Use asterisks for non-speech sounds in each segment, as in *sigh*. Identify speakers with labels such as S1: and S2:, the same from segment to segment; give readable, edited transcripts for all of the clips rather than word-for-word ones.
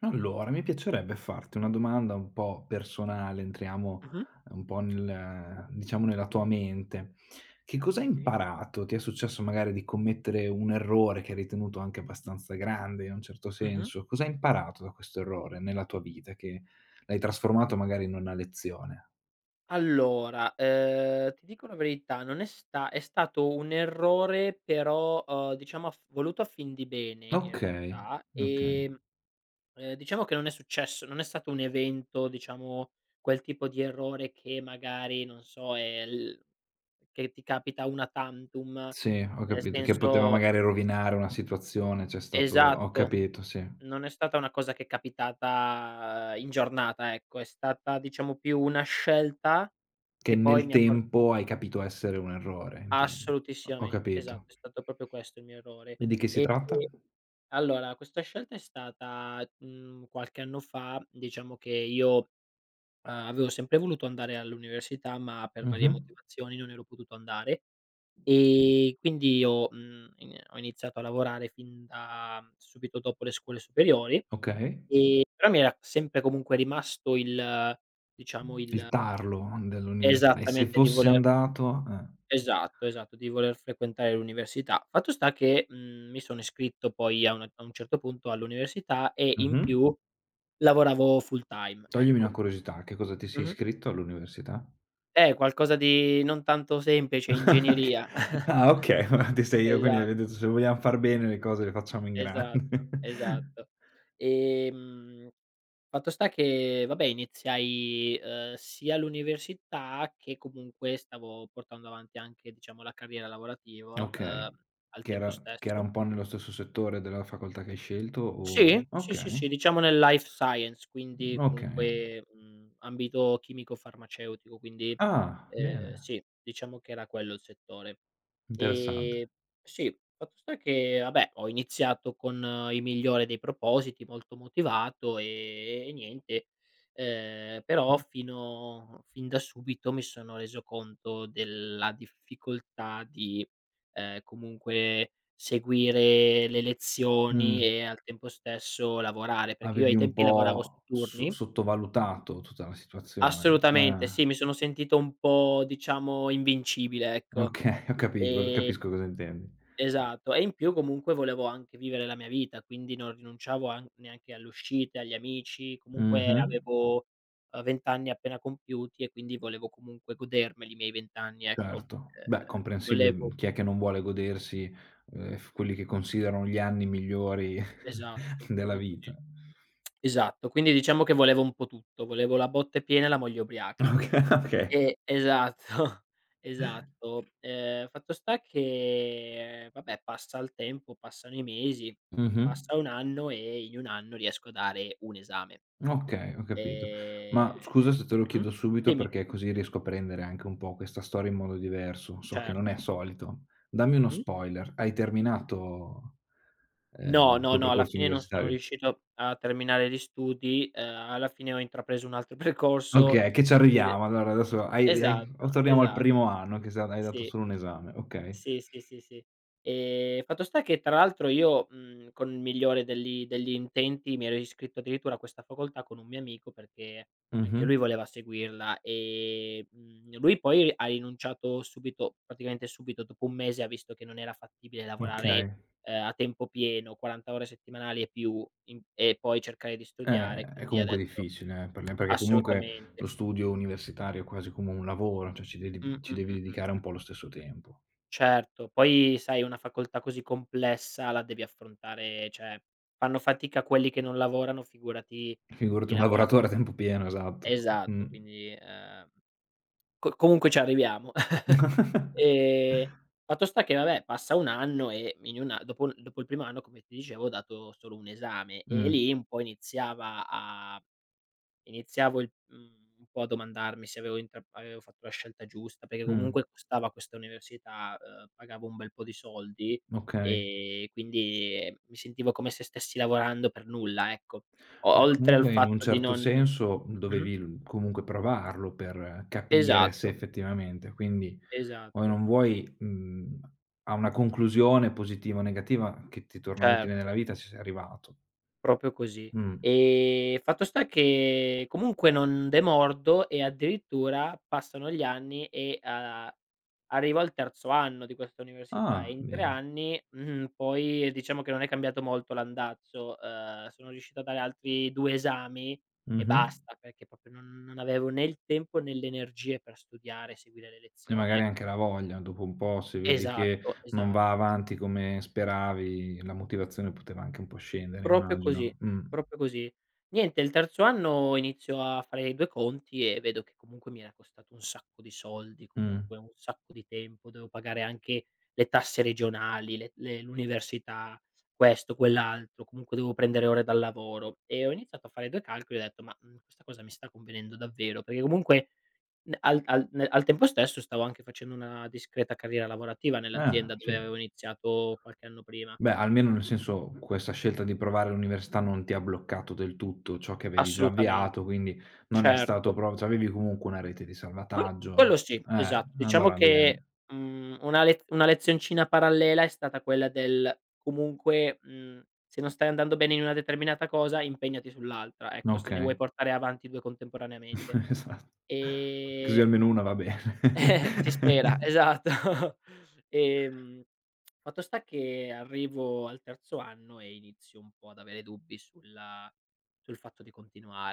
S1: Allora, mi piacerebbe farti una domanda un po' personale, entriamo
S2: Mh-mh.
S1: un po' nel diciamo nella tua mente. Che cosa hai
S2: Sì.
S1: imparato? Ti è successo magari di commettere un errore che hai ritenuto anche abbastanza grande in un certo
S2: Mh-mh.
S1: senso? Cosa hai imparato da questo errore nella tua vita che l'hai trasformato magari in una lezione?
S2: Allora, ti dico la verità, non è sta è stato un errore, però, diciamo a f voluto a fin di bene in
S1: Okay,
S2: realtà.
S1: okay.
S2: Diciamo che non è stato un evento, diciamo, quel tipo di errore che magari, non so, è l che ti capita una tantum,
S1: Sì, ho
S2: nel
S1: capito, che poteva
S2: senso.
S1: magari rovinare una situazione, c'è stato, ho
S2: Esatto.
S1: capito, sì.
S2: Non è stata una cosa che è capitata, in giornata, ecco, è stata, diciamo, più una scelta
S1: Che
S2: che poi
S1: nel
S2: mi ha por
S1: tempo hai capito essere un errore, intendo. Ho
S2: assolutissimamente. Esatto,
S1: capito.
S2: è stato proprio questo il mio errore.
S1: E di che si
S2: E
S1: tratta?
S2: allora questa scelta è stata, qualche anno fa, diciamo che io, avevo sempre voluto andare all'università, ma per varie
S1: Mh-mh.
S2: motivazioni non ero potuto andare, e quindi ho mhmm, in ho iniziato a lavorare fin da subito dopo le scuole superiori.
S1: Okay.
S2: Però mi era sempre comunque rimasto il, diciamo
S1: Il
S2: il
S1: tarlo dell'università. E se
S2: esattamente, di
S1: fosse
S2: voler
S1: andato, eh.
S2: esatto, esatto, di voler frequentare l'università. Fatto sta che, mi sono iscritto poi a una a un certo punto all'università e in
S1: Mh-mh.
S2: più lavoravo full time,
S1: Toglimi una
S2: ecco.
S1: curiosità, a che cosa ti sei
S2: Mh-mh.
S1: iscritto all'università?
S2: Qualcosa di non tanto semplice,
S1: *laughs* Che
S2: ingegneria.
S1: Ah,
S2: *laughs*
S1: okay, ma ti sei io quindi
S2: Esa
S1: avete detto: "Se vogliam far bene le cose le facciamo in
S2: esatto,
S1: grande."
S2: esatto.
S1: *laughs*
S2: Ehm Fatto sta che, vabbè, iniziai, sia l'università che comunque stavo portando avanti anche, diciamo, la carriera lavorativa,
S1: Okay.
S2: al
S1: Che
S2: tempo
S1: era che era
S2: stesso.
S1: un po' nello stesso settore della facoltà che hai scelto,
S2: Sì,
S1: o
S2: sì, sì, sì,
S1: okay,
S2: diciamo nel life science, quindi
S1: okay.
S2: comunque, ambito chimico-farmaceutico, quindi,
S1: Ah, bene.
S2: sì, diciamo che era quello il settore.
S1: Interessante.
S2: Ehm, sì, fatto sta che vabbè, ho iniziato con il migliore dei propositi, molto motivato, e niente, però fin da subito mi sono reso conto della difficoltà di, comunque seguire le lezioni
S1: Mh,
S2: e al tempo stesso lavorare, perché io
S1: avevi
S2: ai
S1: un
S2: tempi lavoravo su
S1: po'
S2: turni.
S1: sottovalutato tutta la situazione.
S2: Assolutamente
S1: Ah,
S2: sì, mi sono sentito un po', diciamo, invincibile, ecco.
S1: okay, *laughs* ho capi capisco cosa intendi.
S2: Esatto, e in più comunque volevo anche vivere la mia vita, quindi non rinunciavo an neanche alle uscite, agli amici, comunque
S1: Mh-mh,
S2: avevo, 20 anni appena compiuti, e quindi volevo comunque godermeli i miei 20 anni, ecco.
S1: certo. Beh, comprensibile,
S2: Volevo
S1: chi è che non vuole godersi, f quelli che considerano gli anni migliori *laughs*
S2: esatto,
S1: della
S2: proprio
S1: vita.
S2: così. Esatto, quindi diciamo che volevo un po' tutto, volevo la botte piena e la moglie ubriaca.
S1: Okay.
S2: Esatto, *laughs* esatto. Fatto sta che, vabbè, passa il tempo, passano i mesi,
S1: Mh-mh.
S2: passa 1 anno e in 1 anno riesco a dare un esame.
S1: Okay, ho capito. Ma
S2: Ehm,
S1: scusa
S2: e
S1: se te lo
S2: mh?
S1: chiedo subito
S2: Dimmi.
S1: perché così riesco a prendere anche un po' questa storia in modo diverso. So che non è
S2: Certo.
S1: solito. Dammi uno
S2: Mh-mh.
S1: spoiler: hai terminato,
S2: No,
S1: il
S2: no,
S1: tuo
S2: no, alla
S1: percorso
S2: fine non sono
S1: universitario?
S2: riuscito a terminare gli studi, alla fine ho intrapreso un altro *laughs* percorso
S1: Okay, che ci
S2: ed è-
S1: arriviamo. Allora adesso hai, o
S2: esatto,
S1: torniamo al primo
S2: esatto,
S1: anno che sa hai dato
S2: sì.
S1: solo un esame, okay.
S2: Sì, sì, sì, sì. Fatto sta che tra l'altro io, con il migliore degli intenti mi ero iscritto addirittura a questa facoltà con un mio amico, perché
S1: Mh-mh,
S2: anche lui voleva seguirla, lui poi ha rinunciato subito, praticamente subito dopo 1 mese ha visto che non era fattibile lavorare,
S1: okay.
S2: a tempo pieno, 40 ore settimanali e più, in e poi cercare di studiare,
S1: È
S2: quindi ha
S1: comunque
S2: detto...
S1: difficile, perché comunque lo
S2: Assolutamente.
S1: studio universitario è quasi come un lavoro, cioè
S2: Mh,
S1: ci
S2: mh,
S1: devi
S2: mh, mh,
S1: dedicare un
S2: mh.
S1: po' lo stesso tempo.
S2: Certo, poi sai, una facoltà così complessa la devi affrontare, cioè, fanno fatica quelli che non lavorano, figurati
S1: Figurati
S2: chi
S1: un
S2: lavora
S1: lavoratore
S2: full
S1: a tempo pieno, esatto. Mh.
S2: esatto, quindi, co comunque ci arriviamo. *laughs* Ehm, fatto sta che vabbè, passa 1 anno e in un a dopo dopo il primo anno, come ti dicevo, ho dato solo un esame e
S1: Mh,
S2: lì un po' iniziava a iniziavo un po' a domandarmi se avevo fatto la scelta giusta, perché
S1: mh,
S2: comunque
S1: *laughs*
S2: costava questa università, pagavo un bel po' di soldi,
S1: okay.
S2: e quindi, mi sentivo come se stessi lavorando per nulla, ecco. O
S1: Beh,
S2: Oltre al
S1: comunque in un
S2: fatto di
S1: certo
S2: non... Mh-mh.
S1: senso dovevi l comunque provarlo per capire se
S2: Esatto,
S1: effettivamente quindi vuoi o
S2: esatto,
S1: non vuoi, a una conclusione positiva o negativa che ti torna utile nella
S2: certo.
S1: vita ci sei arrivato.
S2: Proprio così.
S1: Mh.
S2: Fatto sta che comunque non demordo e addirittura passano gli anni e, arrivo al terzo anno di questa università, e
S1: Ah,
S2: in 3
S1: bene.
S2: anni, poi diciamo che non è cambiato molto l'andazzo. Sono riuscito a dare altri 2 esami e
S1: Mh-mh.
S2: basta, perché proprio non avevo né il tempo né le energie per studiare, seguire le
S1: E
S2: lezioni,
S1: magari anche
S2: ecco.
S1: la voglia, dopo un po', se vedi che
S2: Esatto,
S1: non va
S2: esatto.
S1: avanti come speravi, la motivazione poteva anche un po' scendere,
S2: Proprio così,
S1: immagino.
S2: proprio così. Niente, il terzo anno inizio a fare i 2 conti e vedo che comunque mi era costato un sacco di soldi,
S1: Mh.
S2: comunque un sacco di tempo, dovevo pagare anche le tasse regionali, le l'università, questo, quell'altro, comunque dovevo prendere ore dal lavoro e ho iniziato a fare 2 calcoli e ho detto: "Ma, questa cosa mi sta convenendo davvero?" Perché comunque n al al ne al tempo stesso stavo anche facendo una discreta carriera lavorativa nell'azienda
S1: Ah,
S2: dove
S1: sì.
S2: avevo iniziato qualche anno prima.
S1: Beh, almeno nel senso, questa scelta di provare l'università non ti ha bloccato del tutto ciò che avevi già avviato,
S2: Assolutamente,
S1: quindi non è stato
S2: certo.
S1: pro cioè avevi comunque una rete di
S2: Quello
S1: salvataggio.
S2: sì, esatto. Diciamo
S1: Allora
S2: che,
S1: bene.
S2: una lezioncina parallela è stata quella del comunque, se non stai andando bene in una determinata cosa, impegnati sull'altra, ecco, se ne
S1: Okay.
S2: vuoi portare avanti 2 contemporaneamente.
S1: *laughs* Esatto.
S2: Ehm,
S1: Così
S2: eh,
S1: almeno una va bene.
S2: *laughs* si spera, esatto. *laughs* Ehm Fatto sta che arrivo al terzo anno e inizio un po' ad avere dubbi sul fatto di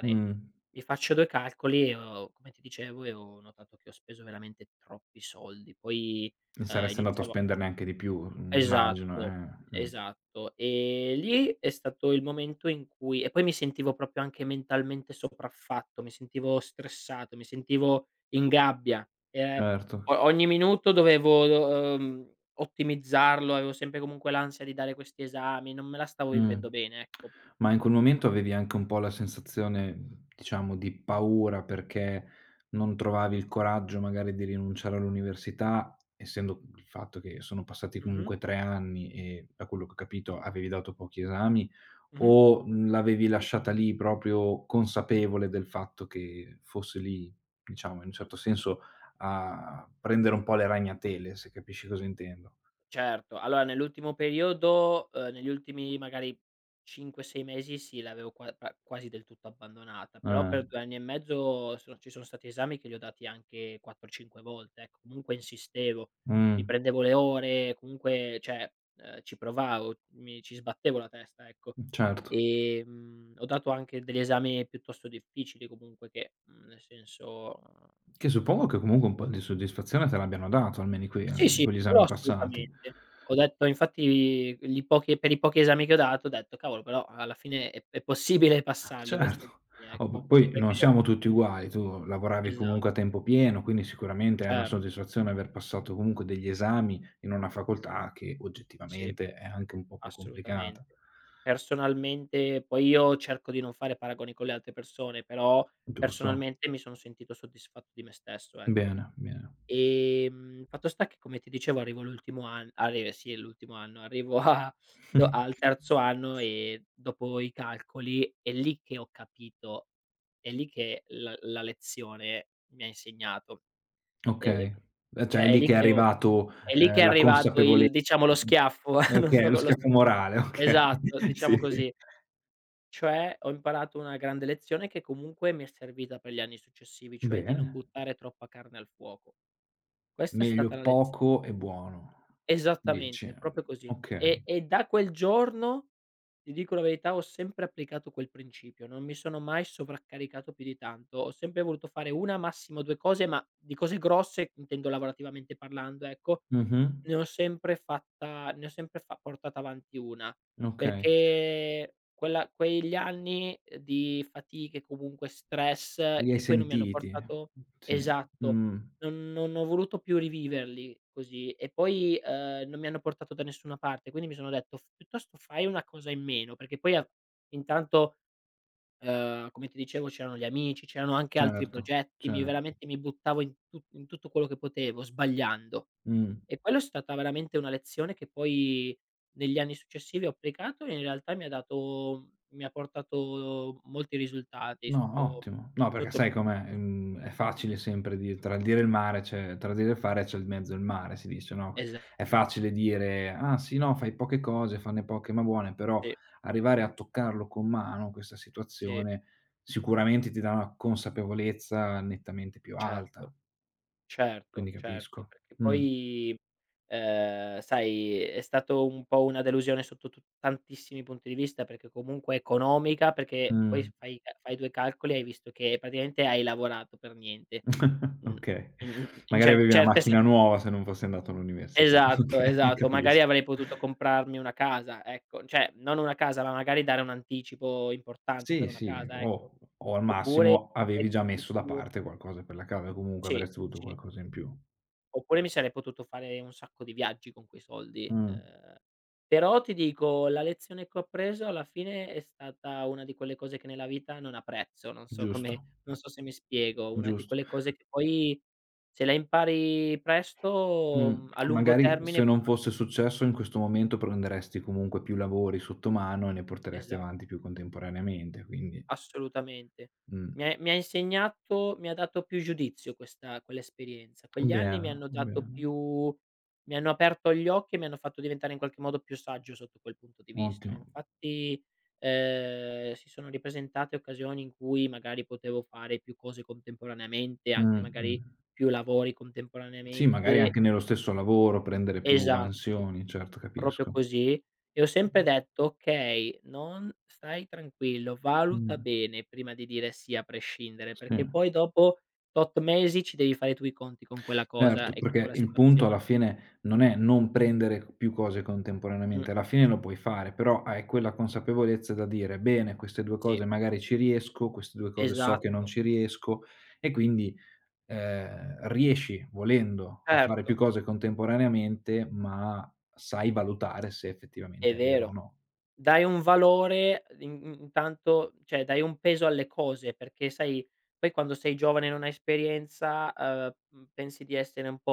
S1: *laughs* Mh.
S2: Mi faccio 2 calcoli e, ho come ti dicevo, e ho notato che ho speso veramente troppi soldi. Poi,
S1: E saresti andato a
S2: iniziavo...
S1: spenderne anche di più, immagino,
S2: Esatto,
S1: mh.
S2: esatto. E lì è stato il momento in cui, poi mi sentivo proprio anche mentalmente sopraffatto, mi sentivo stressato, mi sentivo in gabbia.
S1: Certo,
S2: O ogni minuto dovevo, ottimizzarlo, avevo sempre comunque l'ansia di dare questi esami, non me la stavo
S1: mh.
S2: vivendo bene, ecco.
S1: Ma in quel momento avevi anche un po' la sensazione, diciamo, di paura perché non trovavi il coraggio magari di rinunciare all'università, essendo il fatto che sono passati
S2: Mh-mh,
S1: comunque 3 anni e, da quello che ho capito, avevi dato pochi esami,
S2: mh-mh.
S1: o, l'avevi lasciata lì proprio consapevole del fatto che fosse lì, diciamo, in un certo senso a prendere un po' le ragnatele, se capisci cosa intendo.
S2: Certo, allora nell'ultimo periodo, negli ultimi magari 5, 6 mesi sì, l'avevo quasi del tutto abbandonata, però
S1: Eh.
S2: per 2 anni e mezzo ci sono stati esami che li ho dati anche 4, 5 volte, ecco, comunque insistevo, mi
S1: Mh.
S2: prendevo le ore, comunque, cioè, ci provavo, mi ci sbattevo la testa, ecco.
S1: Certo.
S2: Ho dato anche degli esami piuttosto difficili comunque, che, nel senso...
S1: Che suppongo che comunque un po' di soddisfazione te l'abbiano dato, almeno in que
S2: Sì, sì,
S1: con gli
S2: quello
S1: esami passati.
S2: assolutamente. Ho detto, infatti, li pochi per i pochi esami che ho dato, ho detto: "Cavolo, però alla fine è possibile passarli questi
S1: Certo.
S2: esami",
S1: Oh,
S2: ecco.
S1: p
S2: Anche
S1: poi non
S2: perché
S1: siamo tutti uguali, tu lavoravi
S2: esatto,
S1: comunque a tempo pieno, quindi sicuramente è una
S2: certo,
S1: soddisfazione aver passato comunque degli esami in una facoltà che
S2: sì,
S1: oggettivamente è anche un po' più complicata,
S2: assolutamente. Personalmente poi io cerco di non fare paragoni con le altre persone, però
S1: giusto?
S2: personalmente mi sono sentito soddisfatto di me stesso, ecco.
S1: Bene, bene.
S2: Fatto sta che, come ti dicevo, arrivo all'ultimo an arri sì, è l'ultimo anno, arrivo *laughs* a do al
S1: *laughs*
S2: terzo anno, e dopo i calcoli è lì che ho capito, è lì che la lezione mi ha insegnato. Ehm,
S1: Okay. Cioè è
S2: cioè è
S1: lì che
S2: lì
S1: è
S2: che ho
S1: arrivato,
S2: è lì che è
S1: la
S2: arrivato
S1: consapevole
S2: il, diciamo, lo schiaffo, *laughs* non
S1: okay,
S2: so
S1: lo
S2: co lo s
S1: schiaffo morale, okay,
S2: esatto,
S1: *laughs* sì.
S2: diciamo così. Cioè ho imparato una grande lezione che comunque mi è servita per gli anni successivi, cioè di non
S1: Bene,
S2: buttare troppa carne al fuoco. Questa è stata
S1: meglio
S2: la lez
S1: poco e buono. Dici,
S2: Esattamente, proprio così. E
S1: okay.
S2: e da quel giorno, ti dico la verità, ho sempre applicato quel principio, non mi sono mai sovraccaricato più di tanto. Ho sempre voluto fare 1, massimo 2 cose, ma di cose grosse, intendo lavorativamente parlando, ecco,
S1: Mh-mh.
S2: ne ho sempre fatta ne ho sempre fa portata avanti 1,
S1: Okay,
S2: perché quella quegli anni, di fatiche, comunque stress,
S1: li hai
S2: che poi non mi hanno
S1: sentiti.
S2: portato
S1: Sì,
S2: esatto.
S1: mh,
S2: Non ho voluto più riviverli così, e poi, non mi hanno portato da nessuna parte, quindi mi sono detto: "F piuttosto fai una cosa in meno", perché poi, a intanto, come ti dicevo, c'erano gli amici, c'erano anche altri
S1: certo,
S2: progetti, mi,
S1: certo.
S2: veramente mi buttavo in tutto quello che potevo, sbagliando.
S1: Mh.
S2: E quello è stata veramente una lezione che poi, negli anni successivi, ho applicato, e in realtà mi ha portato molti risultati
S1: No,
S2: sotto,
S1: ottimo. No, perché
S2: sotto
S1: sai com'è, è facile sempre di tra il dire e il mare c'è tra il dire e il fare c'è in mezzo il mare, si dice, no,
S2: esatto,
S1: è facile dire: "Ah sì, no, fai poche cose, fanne poche ma buone", però
S2: sì,
S1: arrivare a toccarlo con mano questa
S2: sì.
S1: situazione, sicuramente ti dà una consapevolezza nettamente più alta,
S2: Certo.
S1: quindi
S2: Certo, certo,
S1: capisco.
S2: perché
S1: Mh,
S2: poi, sai, è stato un po' una delusione sotto tu tantissimi punti di vista, perché comunque economica, perché poi,
S1: mh.
S2: s fai ca fai 2 calcoli e hai visto che praticamente hai lavorato per niente.
S1: *laughs*
S2: Mh.
S1: Okay.
S2: in in in
S1: Magari
S2: cer
S1: avevi una
S2: certe se
S1: macchina nuova se non fossi andato all'università. *laughs*
S2: Esatto,
S1: Okay,
S2: esatto, magari
S1: capisco.
S2: avrei potuto comprarmi una casa, ecco, cioè non una casa, ma magari dare un anticipo importante
S1: Sì,
S2: per una
S1: sì,
S2: casa, ecco.
S1: o al
S2: Oppure
S1: massimo
S2: avrei
S1: avevi già messo da
S2: potuto
S1: parte qualcosa per la casa, comunque
S2: sì,
S1: avresti avuto
S2: sì.
S1: qualcosa in più.
S2: Oppure mi sarei potuto fare un sacco di viaggi con quei soldi,
S1: Mh,
S2: però ti dico, la lezione che ho preso alla fine è stata una di quelle cose che nella vita non ha prezzo, non so come,
S1: giusto,
S2: non so se mi spiego, una di
S1: giusto.
S2: quelle cose che poi, se la impari presto, a
S1: Mh,
S2: lungo
S1: magari se
S2: termine può
S1: non
S2: fa
S1: fosse successo in questo momento prenderesti comunque più lavori sotto mano e ne porteresti
S2: esa...
S1: avanti più contemporaneamente, quindi.
S2: Assolutamente.
S1: Mh,
S2: Mi ha insegnato, mi ha dato più giudizio questa, quell'esperienza. Quegli anni mi
S1: bene,
S2: hanno dato
S1: bene,
S2: più, mi hanno aperto gli occhi e mi hanno fatto diventare, in qualche modo, più saggio sotto quel punto di vista.
S1: ottimo.
S2: Infatti, si sono ripresentate occasioni in cui magari potevo fare più cose contemporaneamente,
S1: Mh,
S2: anche
S1: mh.
S2: magari più lavori
S1: Sì, magari
S2: contemporaneamente.
S1: anche nello stesso lavoro prendere più
S2: Esatto.
S1: mansioni, certo,
S2: Proprio
S1: capisco.
S2: così. E ho sempre detto: "Okay, non stai tranquillo, valuta
S1: Mh,
S2: bene prima di dire sì a prescindere, perché
S1: sì,
S2: poi dopo tot mesi ci devi fare tu i conti con quella cosa
S1: certo,
S2: e con
S1: perché
S2: quella
S1: il punto alla
S2: situazione".
S1: fine non è non prendere c più cose
S2: Mh,
S1: contemporaneamente, alla fine lo puoi fare, però hai quella consapevolezza da dire: "Bene, queste due cose
S2: sì,
S1: magari ci riesco, queste due cose so che non
S2: esatto.
S1: ci riesco", e quindi, riesci, volendo, a fare
S2: Certo,
S1: più cose contemporaneamente, ma sai valutare se
S2: è
S1: effettivamente è vero o
S2: vero.
S1: no.
S2: Dai un valore, in in intanto, cioè, dai un peso alle cose, perché sai poi, quando sei giovane e non hai esperienza, pensi di essere un po'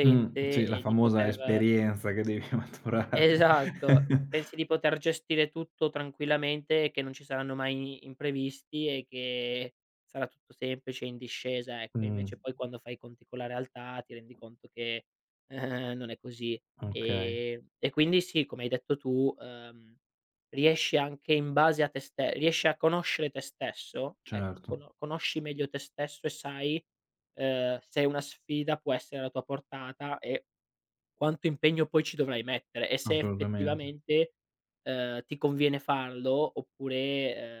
S1: Sì, la
S2: e di
S1: famosa
S2: poter...
S1: esperienza che devi *laughs* maturare.
S2: Esatto.
S1: *laughs*
S2: Pensi di poter gestire tutto tranquillamente e che non ci saranno mai imprevisti e che sarà tutto semplice, in discesa, ecco.
S1: Mh,
S2: Invece poi, quando fai i conti con la realtà, ti rendi conto che, non è così.
S1: okay,
S2: E quindi sì, come hai detto tu, riesci anche in base a te ste riesci a conoscere te stesso, ecco,
S1: certo,
S2: conosci meglio te stesso, e sai, se una sfida può essere alla tua portata, e quanto impegno poi ci dovrai mettere, e se
S1: assolutamente.
S2: effettivamente, ti conviene farlo,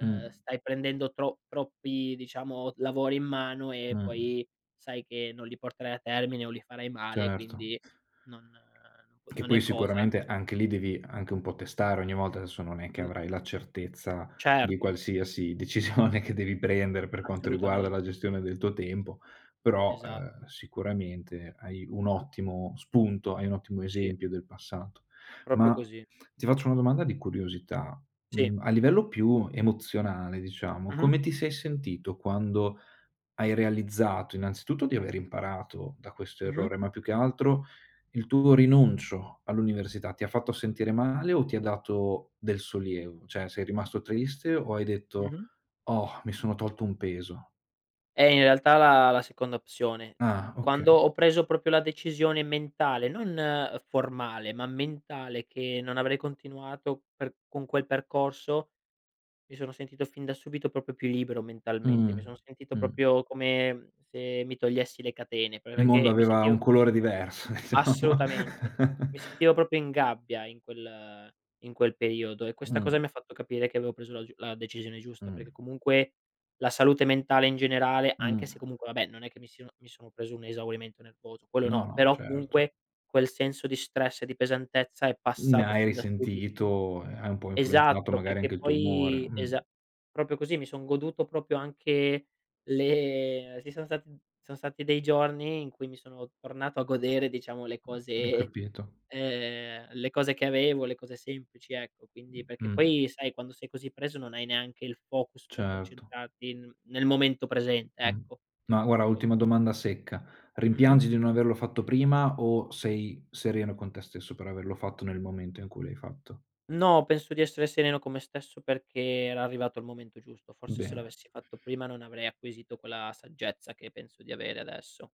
S1: Mh,
S2: stai prendendo troppi, diciamo, lavori in mano, e
S1: mh,
S2: poi sai che non li porterai a termine o li farai male,
S1: certo.
S2: quindi
S1: Che
S2: non
S1: poi
S2: è cosa.
S1: sicuramente
S2: E...
S1: anche lì devi anche un po' testare ogni volta, adesso non è che
S2: Mh,
S1: avrai la certezza di
S2: certo,
S1: qualsiasi *laughs* decisione che devi prendere per quanto riguarda la
S2: assolutamente,
S1: gestione del tuo tempo, però,
S2: esatto,
S1: sicuramente hai un ottimo spunto, hai un ottimo
S2: sì,
S1: esempio del passato.
S2: proprio
S1: Ma
S2: così.
S1: ti faccio una domanda di curiosità,
S2: Sì.
S1: a livello più emozionale diciamo,
S2: Mh-mh,
S1: come ti sei sentito quando hai realizzato innanzitutto di aver imparato da questo
S2: mh-mh,
S1: errore, ma più che altro il tuo rinuncio all'università ti ha fatto sentire male o ti ha dato del sollievo? Cioè sei rimasto triste o hai detto:
S2: mh-mh.
S1: "Oh, mi sono tolto un peso."
S2: In realtà, la seconda opzione. Mhmm,
S1: Ah, okay.
S2: quando ho preso proprio la decisione mentale, non, formale, ma mentale, che non avrei continuato per con quel percorso, mi sono sentito fin da subito proprio più libero mentalmente.
S1: Mh,
S2: Mi sono sentito
S1: mh.
S2: proprio come se mi togliessi le catene,
S1: Il mondo
S2: perché mi
S1: aveva un
S2: sentivo...
S1: colore diverso *laughs* diciamo.
S2: Assolutamente. Mi sentivo proprio in gabbia, in quel periodo, e questa
S1: Mh,
S2: cosa mi ha fatto capire che avevo preso la decisione giusta,
S1: mh,
S2: perché comunque la salute mentale in generale,
S1: mh.
S2: anche se, comunque, vabbè, non è che mi sono preso un esaurimento nervoso, quello
S1: No,
S2: no,
S1: no,
S2: però
S1: certo.
S2: comunque quel senso di stress e di pesantezza è
S1: Ne
S2: passato
S1: hai
S2: fin da subito.
S1: risentito, hai un po' influenzato
S2: Esatto,
S1: magari anche
S2: perché
S1: il tuo umore.
S2: poi esa proprio così, mi son goduto proprio anche le ci sono stati dei giorni in cui mi sono tornato a godere, diciamo, le
S1: Ho
S2: cose,
S1: capito.
S2: le cose che avevo, le cose semplici, ecco. Quindi, perché
S1: Mh,
S2: poi sai, quando sei così preso non hai neanche il focus per
S1: certo,
S2: concentrarti n nel momento presente,
S1: mh.
S2: ecco.
S1: Ma guarda,
S2: Co
S1: ultima domanda secca:
S2: mh-mh.
S1: rimpiangi di non averlo fatto prima o sei sereno con te stesso per averlo fatto nel momento in cui l'hai fatto?
S2: No, penso di essere sereno con me stesso, perché era arrivato il momento giusto. Forse se
S1: Bene,
S2: l'avessi fatto prima non avrei acquisito quella saggezza che penso di avere adesso.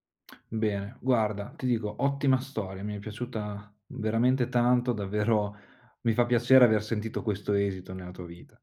S1: bene. Guarda, ti dico, ottima storia, mi è piaciuta veramente tanto, davvero mi fa piacere aver sentito questo esito nella tua vita.